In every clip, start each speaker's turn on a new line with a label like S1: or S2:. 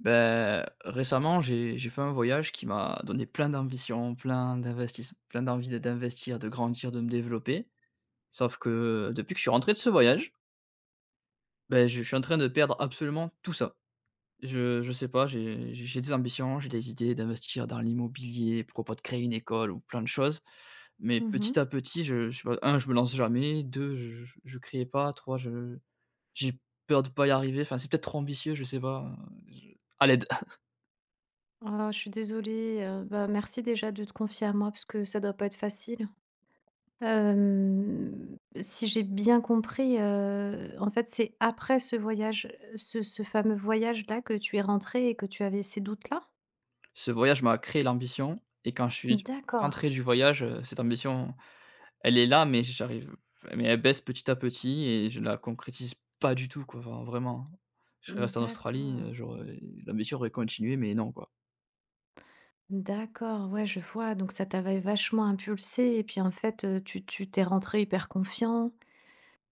S1: Beh, récemment, j'ai fait un voyage qui m'a donné plein d'ambition, plein d'investis plein d'envie de d'investir, de grandir, de me développer. Sauf que depuis que je suis rentré de ce voyage, beh, je suis en train de perdre absolument tout ça. Je sais pas, j'ai des ambitions, j'ai des idées d'investir dans l'immobilier, propos de créer une école ou plein de choses. Mais
S2: Mmh.
S1: petit à petit, je sais pas, 1 je me lance jamais, 2, je crée pas, 3, je j'ai peur de pas y arriver. Enfin, c'est peut-être trop ambitieux, je sais pas, je à l'aide.
S2: Ah, je suis désolée, bah, merci déjà de te confier à moi parce que ça doit pas être facile. Si j'ai bien compris, en fait, c'est après ce voyage, ce fameux voyage-là que tu es rentrée et que tu avais ces doutes-là?
S1: Ce voyage m'a créé l'ambition et quand je suis
S2: D'accord,
S1: rentré du voyage, cette ambition, elle est là, mais elle baisse petit à petit et je la concrétise pas du tout, quoi. Enfin, vraiment, hein. Je serais resté en Australie,
S2: d'accord,
S1: j'aurais l'ambition aurait continué, mais non, quoi.
S2: d'accord, ouais, je vois, donc ça t'avait vachement impulsé et puis, en fait, tu t'es rentré hyper confiant,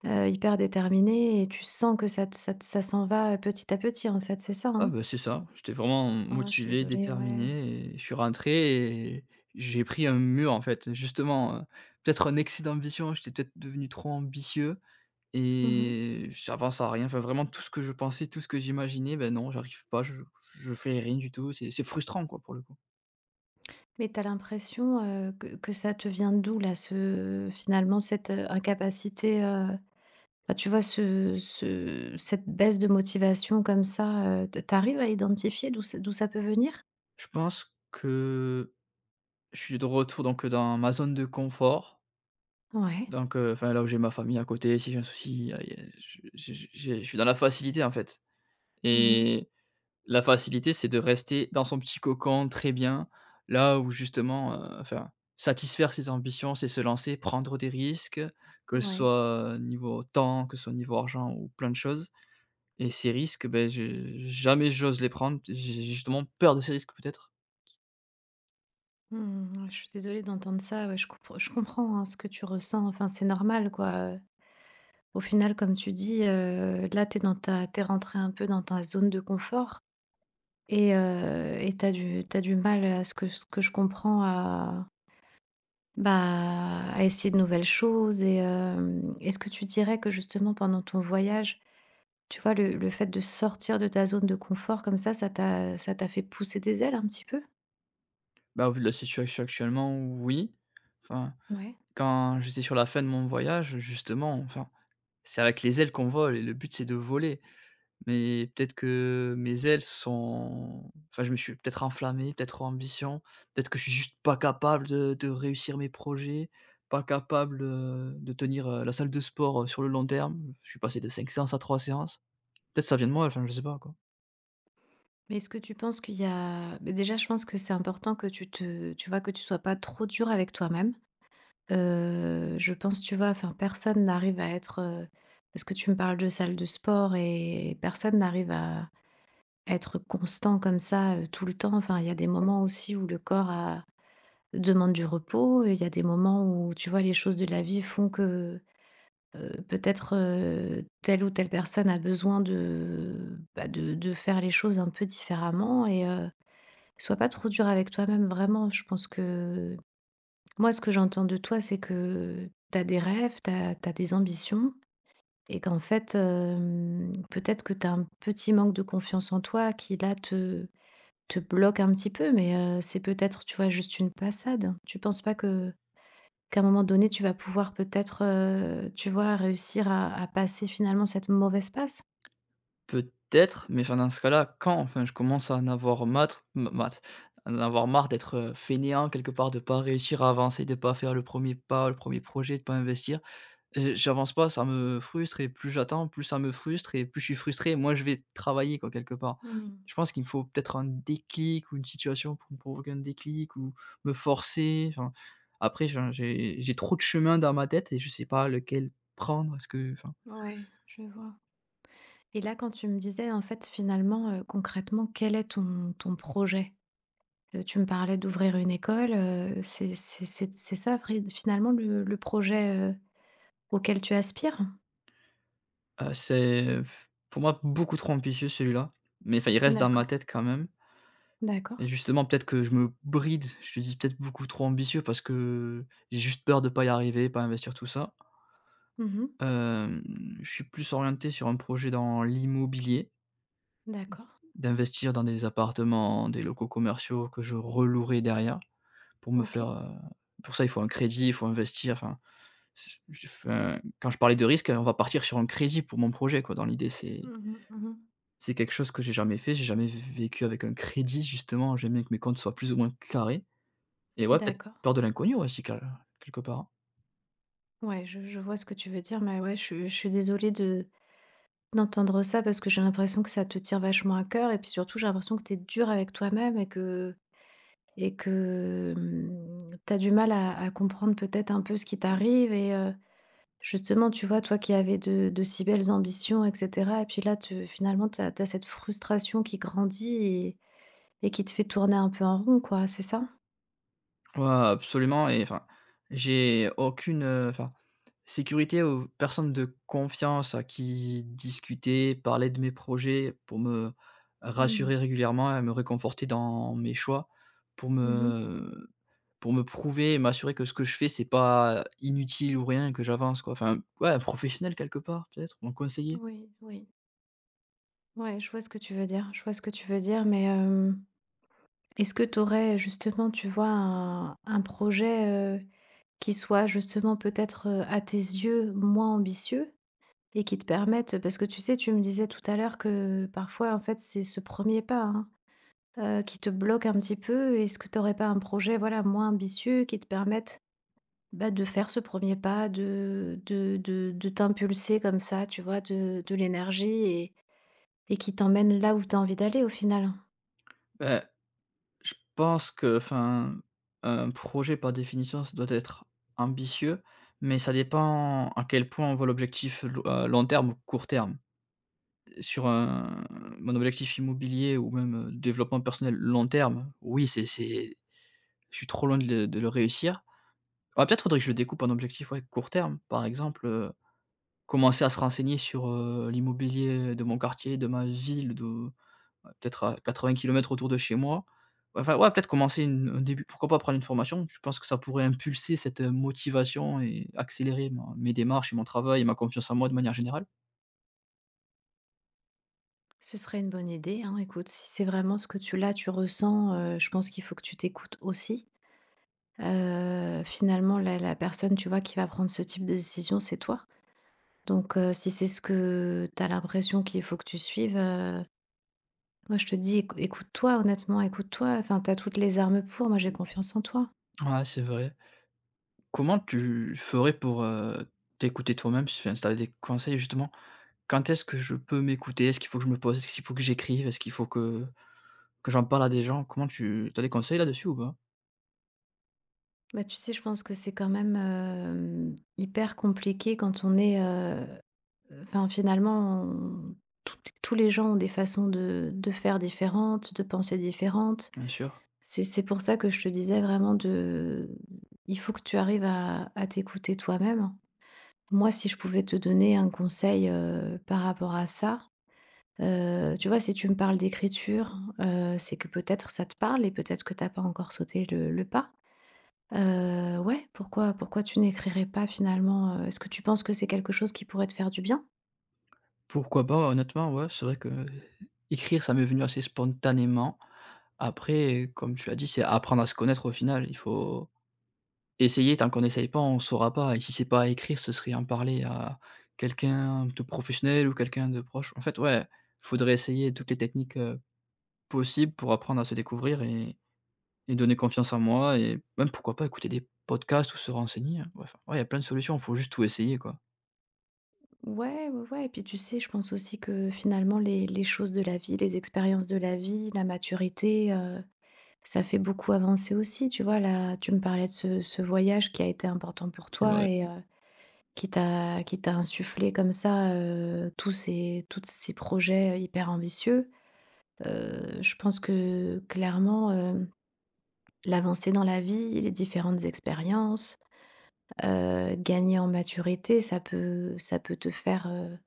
S2: hyper déterminé et tu sens que ça s'en va petit à petit, en fait, c'est ça,
S1: Ah,
S2: hein?
S1: bah, c'est ça, j'étais vraiment
S2: Ah, je suis
S1: motivé,
S2: désolée, ouais.
S1: déterminé et je suis rentré et j'ai pris un mur, en fait, justement, peut-être un excès d'ambition, j'étais peut-être devenu trop ambitieux.
S2: Mmh.
S1: Et j'avance à rien, enfin vraiment tout ce que je pensais, tout ce que j'imaginais, ben non, j'arrive pas, je fais rien du tout, c'est frustrant quoi pour le coup.
S2: Mais tu as l'impression, que ça te vient d'où là, ce finalement cette, incapacité, bah, tu vois ce cette baisse de motivation comme ça, t tu à identifier d'où ça peut venir?
S1: Je pense que je suis de retour donc dans ma zone de confort,
S2: Ouais.
S1: donc enfin là où j'ai ma famille à côté, si j'ai un souci, ah y a je j'ai je suis dans la facilité en fait
S2: Mmh.
S1: et la facilité, c'est de rester dans son petit cocon très bien, là où justement, enfin, satisfaire ses ambitions, c'est se lancer, prendre des risques, que ce
S2: Ouais.
S1: soit niveau temps, que ce soit niveau argent ou plein de choses et ces risques, ben, je jamais j'ose les prendre, j'ai justement peur de ces risques peut-être.
S2: Mmh. Ouais, je suis désolée d'entendre ça, ouais, je comprends, hein, ce que tu ressens, enfin, c'est normal quoi, au final comme tu dis, là t'es dans ta t'es es rentrée un peu dans ta zone de confort. Et tu du t'as du mal à ce que je comprends à, bah, à essayer de nouvelles choses et est-ce que tu dirais que justement pendant ton voyage, tu vois, le fait de sortir de ta zone de confort comme ça, ça t'a fait pousser des ailes un petit peu?
S1: Bah, au vu de la situation actuellement, oui. Enfin,
S2: Ouais.
S1: quand j'étais sur la fin de mon voyage, justement, enfin, c'est avec les ailes qu'on vole et le but, c'est de voler. Mais peut-être que mes ailes sont Enfin, je me suis peut-être enflammé, peut-être trop ambition, peut-être que je suis juste pas capable de réussir mes projets, pas capable, de tenir, la salle de sport, sur le long terme. Je suis passé de 5 séances à 3 séances. Peut-être ça vient de moi, enfin, je sais pas, quoi.
S2: Mais est-ce que tu penses qu'il y a beh, déjà je pense que c'est important que tu vois, que tu sois pas trop dur avec toi-même. Je pense, tu vois, enfin personne n'arrive à être, parce que tu me parles de salle de sport et personne n'arrive à être constant comme ça, tout le temps, enfin, il y a des moments aussi où le corps a demande du repos, il y a des moments où, tu vois, les choses de la vie font que, peut-être, telle ou telle personne a besoin de, bah, de faire les choses un peu différemment et sois pas trop dur avec toi-même, vraiment. Je pense que moi, ce que j'entends de toi, c'est que tu as des rêves, tu as des ambitions et qu'en fait, peut-être que tu as un petit manque de confiance en toi qui là te te bloque un petit peu, mais c'est peut-être, tu vois, juste une passade. Tu penses pas que qu'à un moment donné, tu vas pouvoir peut-être, tu vois, réussir à passer finalement cette mauvaise passe?
S1: Peut-être, mais enfin, dans ce cas-là, quand, enfin, je commence à en avoir marre d'être, fainéant quelque part, de pas réussir à avancer, de pas faire le premier pas, le premier projet, de pas investir, j'avance pas, ça me frustre et plus j'attends, plus ça me frustre et plus je suis frustré, moins je vais travailler quoi, quelque part.
S2: Mmh.
S1: Je pense qu'il me faut peut-être un déclic ou une situation pour me provoquer un déclic ou me forcer, enfin, après je j'ai trop de chemins dans ma tête et je sais pas lequel prendre.
S2: Ouais, je vois. Et là, quand tu me disais, en fait, finalement, concrètement, quel est ton projet? Tu me parlais d'ouvrir une école, c'est ça vrai finalement le projet, auquel tu aspires?
S1: C'est pour moi beaucoup trop ambitieux celui-là, mais enfin, il reste dans ma
S2: D'accord,
S1: tête quand même et
S2: d'accord.
S1: justement peut-être que je me bride, je te dis peut-être beaucoup trop ambitieux parce que j'ai juste peur de pas y arriver, pas investir tout ça.
S2: Mmh.
S1: Hem, je suis plus orienté sur un projet dans l'immobilier,
S2: D'accord.
S1: d'investir dans des appartements, des locaux commerciaux que je relouerai derrière pour me faire,
S2: OK.
S1: pour ça, il faut un crédit, il faut investir, enfin, c j'ai enfin, quand je parlais de risque, on va partir sur un crédit pour mon projet, quoi. Dans l'idée, c'est
S2: Mmh mh, mmh.
S1: c'est quelque chose que j'ai jamais fait, j'ai jamais vécu avec un crédit justement, j'aime bien que mes comptes soient plus ou moins carrés et ouais, peut-être
S2: D'accord.
S1: peur de l'inconnu, ouais, si quel quelque part.
S2: Ouais, je vois ce que tu veux dire, mais ouais, je suis désolée de d'entendre ça parce que j'ai l'impression que ça te tire vachement à cœur et puis surtout, j'ai l'impression que tu es dure avec toi-même et que, mmh, tu as du mal à comprendre peut-être un peu ce qui t'arrive et justement, tu vois, toi qui avais de si belles ambitions et cetera et puis là, te finalement, tu as cette frustration qui grandit et qui te fait tourner un peu en rond, quoi, c'est ça?
S1: Ouais, absolument et enfin, j'ai aucune, enfin, sécurité ou personne de confiance à qui discuter, parler de mes projets pour me
S2: Mmh
S1: rassurer
S2: mh.
S1: régulièrement et me réconforter dans mes choix, pour
S2: Mmh.
S1: me pour me prouver et m'assurer que ce que je fais, c'est pas inutile ou rien et que j'avance, quoi. Enfin, ouais, un professionnel quelque part peut-être, mon conseiller.
S2: Oui, oui. Ouais, je vois ce que tu veux dire, je vois ce que tu veux dire, mais hem est-ce que tu aurais justement, tu vois, un projet qui soit justement peut-être à tes yeux moins ambitieux et qui te permette, parce que tu sais, tu me disais tout à l'heure que parfois, en fait, c'est ce premier pas hein, qui te bloque un petit peu. Est-ce que tu n'aurais pas un projet, voilà, moins ambitieux qui te permette bah, de faire ce premier pas, de t'impulser comme ça, tu vois, de l'énergie et qui t'emmène là où tu as envie d'aller au final.
S1: Bah, je pense que, enfin, un projet par définition, ça doit être ambitieux, mais ça dépend à quel point on voit à long terme ou court terme. Sur un, Mon objectif immobilier ou même développement personnel long terme, oui, je suis trop loin de le réussir. Ah, peut-être faudrait que je le découpe en objectif ouais, court terme. Par exemple, commencer à se renseigner sur l'immobilier de mon quartier, de ma ville. Ouais, peut-être à 80 km autour de chez moi. Enfin, ouais, peut-être commencer une au début, pourquoi pas prendre une formation? Je pense que ça pourrait impulser cette, motivation et accélérer ma mes démarches et mon travail et ma confiance en moi de manière générale.
S2: Ce serait une bonne idée, hein, écoute, si c'est vraiment ce que tu ressens, je pense qu'il faut que tu t'écoutes aussi. Finalement, la personne, tu vois, qui va prendre ce type de décision, c'est toi. Donc, si c'est ce que tu as l'impression qu'il faut que tu suives, moi je te dis écoute-toi, honnêtement, écoute-toi, enfin, tu as toutes les armes pour, moi j'ai confiance en toi.
S1: Ouais, c'est vrai. Comment tu ferais pour, t'écouter toi-même? Si enfin, si tu avais des conseils justement. Quand est-ce que je peux m'écouter? Est-ce qu'il faut que je me pose? Est-ce qu'il faut que j'écrive? Est-ce qu'il faut que j'en parle à des gens? Comment tu as des conseils là-dessus ou pas?
S2: Bah, tu sais, je pense que c'est quand même, hyper compliqué quand on est, enfin, finalement, tout- tous les gens ont des façons de faire différentes, de penser différentes.
S1: Bien sûr.
S2: C'est pour ça que je te disais vraiment de... Il faut que tu arrives à t'écouter toi-même. Moi, si je pouvais te donner un conseil par rapport à ça, tu vois, si tu me parles d'écriture, c'est que peut-être ça te parle et peut-être que t'as pas encore sauté le pas. Ouais, pourquoi tu n'écrirais pas finalement? Euh, est-ce que tu penses que c'est quelque chose qui pourrait te faire du bien?
S1: Pourquoi pas? Honnêtement, ouais, c'est vrai que, écrire, ça m'est venu assez spontanément. Après, comme tu l'as dit, c'est apprendre à se connaître au final. Il faut essayer, tant qu'on essaye pas, on saura pas. Et si c'est pas à écrire, ce serait en parler à quelqu'un de professionnel ou quelqu'un de proche. En fait, ouais, faudrait essayer toutes les techniques, possibles pour apprendre à se découvrir et donner confiance en moi et même pourquoi pas écouter des podcasts ou se renseigner, hein. Ouais, enfin, ouais, il y a plein de solutions. Il faut juste tout essayer, quoi.
S2: Ouais, ouais, ouais, et puis tu sais, je pense aussi que finalement les choses de la vie, les expériences de la vie, la maturité, ça fait beaucoup avancer aussi, tu vois? Là, tu me parlais de ce voyage qui a été important pour
S1: C'est
S2: toi
S1: vrai,
S2: et qui t'a insufflé comme ça, tous ces toutes ces projets hyper ambitieux. Je pense que clairement, l'avancée dans la vie, les différentes expériences, gagner en maturité, ça peut te faire,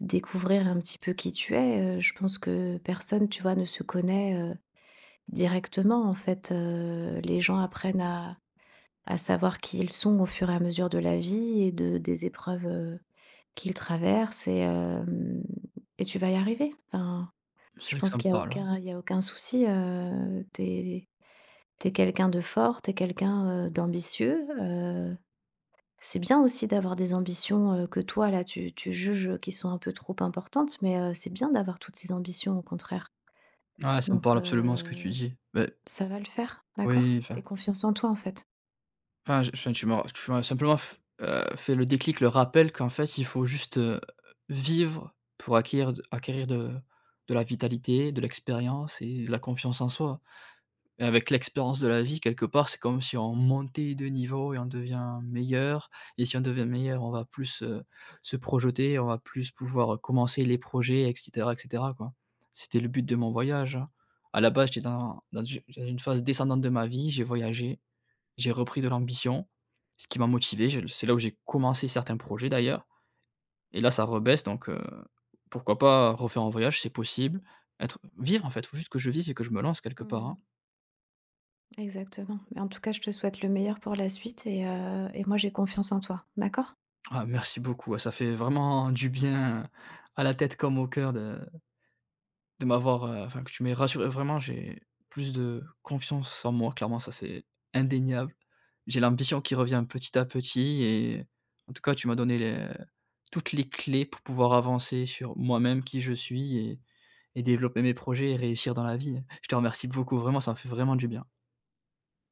S2: découvrir un petit peu qui tu es, je pense que personne, tu vois, ne se connaît, directement en fait, les gens apprennent à savoir qui ils sont au fur et à mesure de la vie et de des épreuves, qu'ils traversent et hem et tu vas y arriver. Enfin,
S1: c'est
S2: je
S1: vrai que
S2: pense
S1: ça me
S2: qu'il y a
S1: parle, ouais.
S2: aucun souci, t'es es quelqu'un de fort, t'es quelqu'un, d'ambitieux, c'est bien aussi d'avoir des ambitions, que toi là tu juges, qui sont un peu trop importantes, mais, c'est bien d'avoir toutes ces ambitions au contraire.
S1: Ouais, ça me
S2: Donc,
S1: parle absolument ce que tu dis. Beh,
S2: ça va le faire, d'accord?
S1: oui,
S2: Et
S1: enfin
S2: confiance en toi en fait.
S1: enfin je enfin tu m'as simplement f fait le déclic, le rappel qu'en fait il faut juste, vivre pour acquérir de la vitalité, de l'expérience et de la confiance en soi. Et avec l'expérience de la vie quelque part, c'est comme si on montait de niveau et on devient meilleur et si on devient meilleur, on va plus, se projeter, on va plus pouvoir, commencer les projets et cetera quoi. C'était le but de mon voyage, hein. À la base, j'étais dans une phase descendante de ma vie, j'ai voyagé, j'ai repris de l'ambition, ce qui m'a motivé, j'ai c'est là où j'ai commencé certains projets d'ailleurs et là ça rebaisse donc pourquoi pas refaire un voyage, c'est possible. Être Vivre en fait, faut juste que je vive et que je me lance quelque part,
S2: Mmh.
S1: hein.
S2: Exactement. Mais en tout cas, je te souhaite le meilleur pour la suite et moi j'ai confiance en toi, d'accord?
S1: Ah merci beaucoup, ouais, ça fait vraiment du bien à la tête comme au cœur de m'avoir, enfin que tu m'aies rassuré. Vraiment, j'ai plus de confiance en moi, clairement, ça c'est indéniable. J'ai l'ambition qui revient petit à petit et en tout cas, tu m'as donné les toutes les clés pour pouvoir avancer sur moi-même, qui je suis et développer mes projets et réussir dans la vie. Je te remercie beaucoup, vraiment, ça me fait vraiment du bien.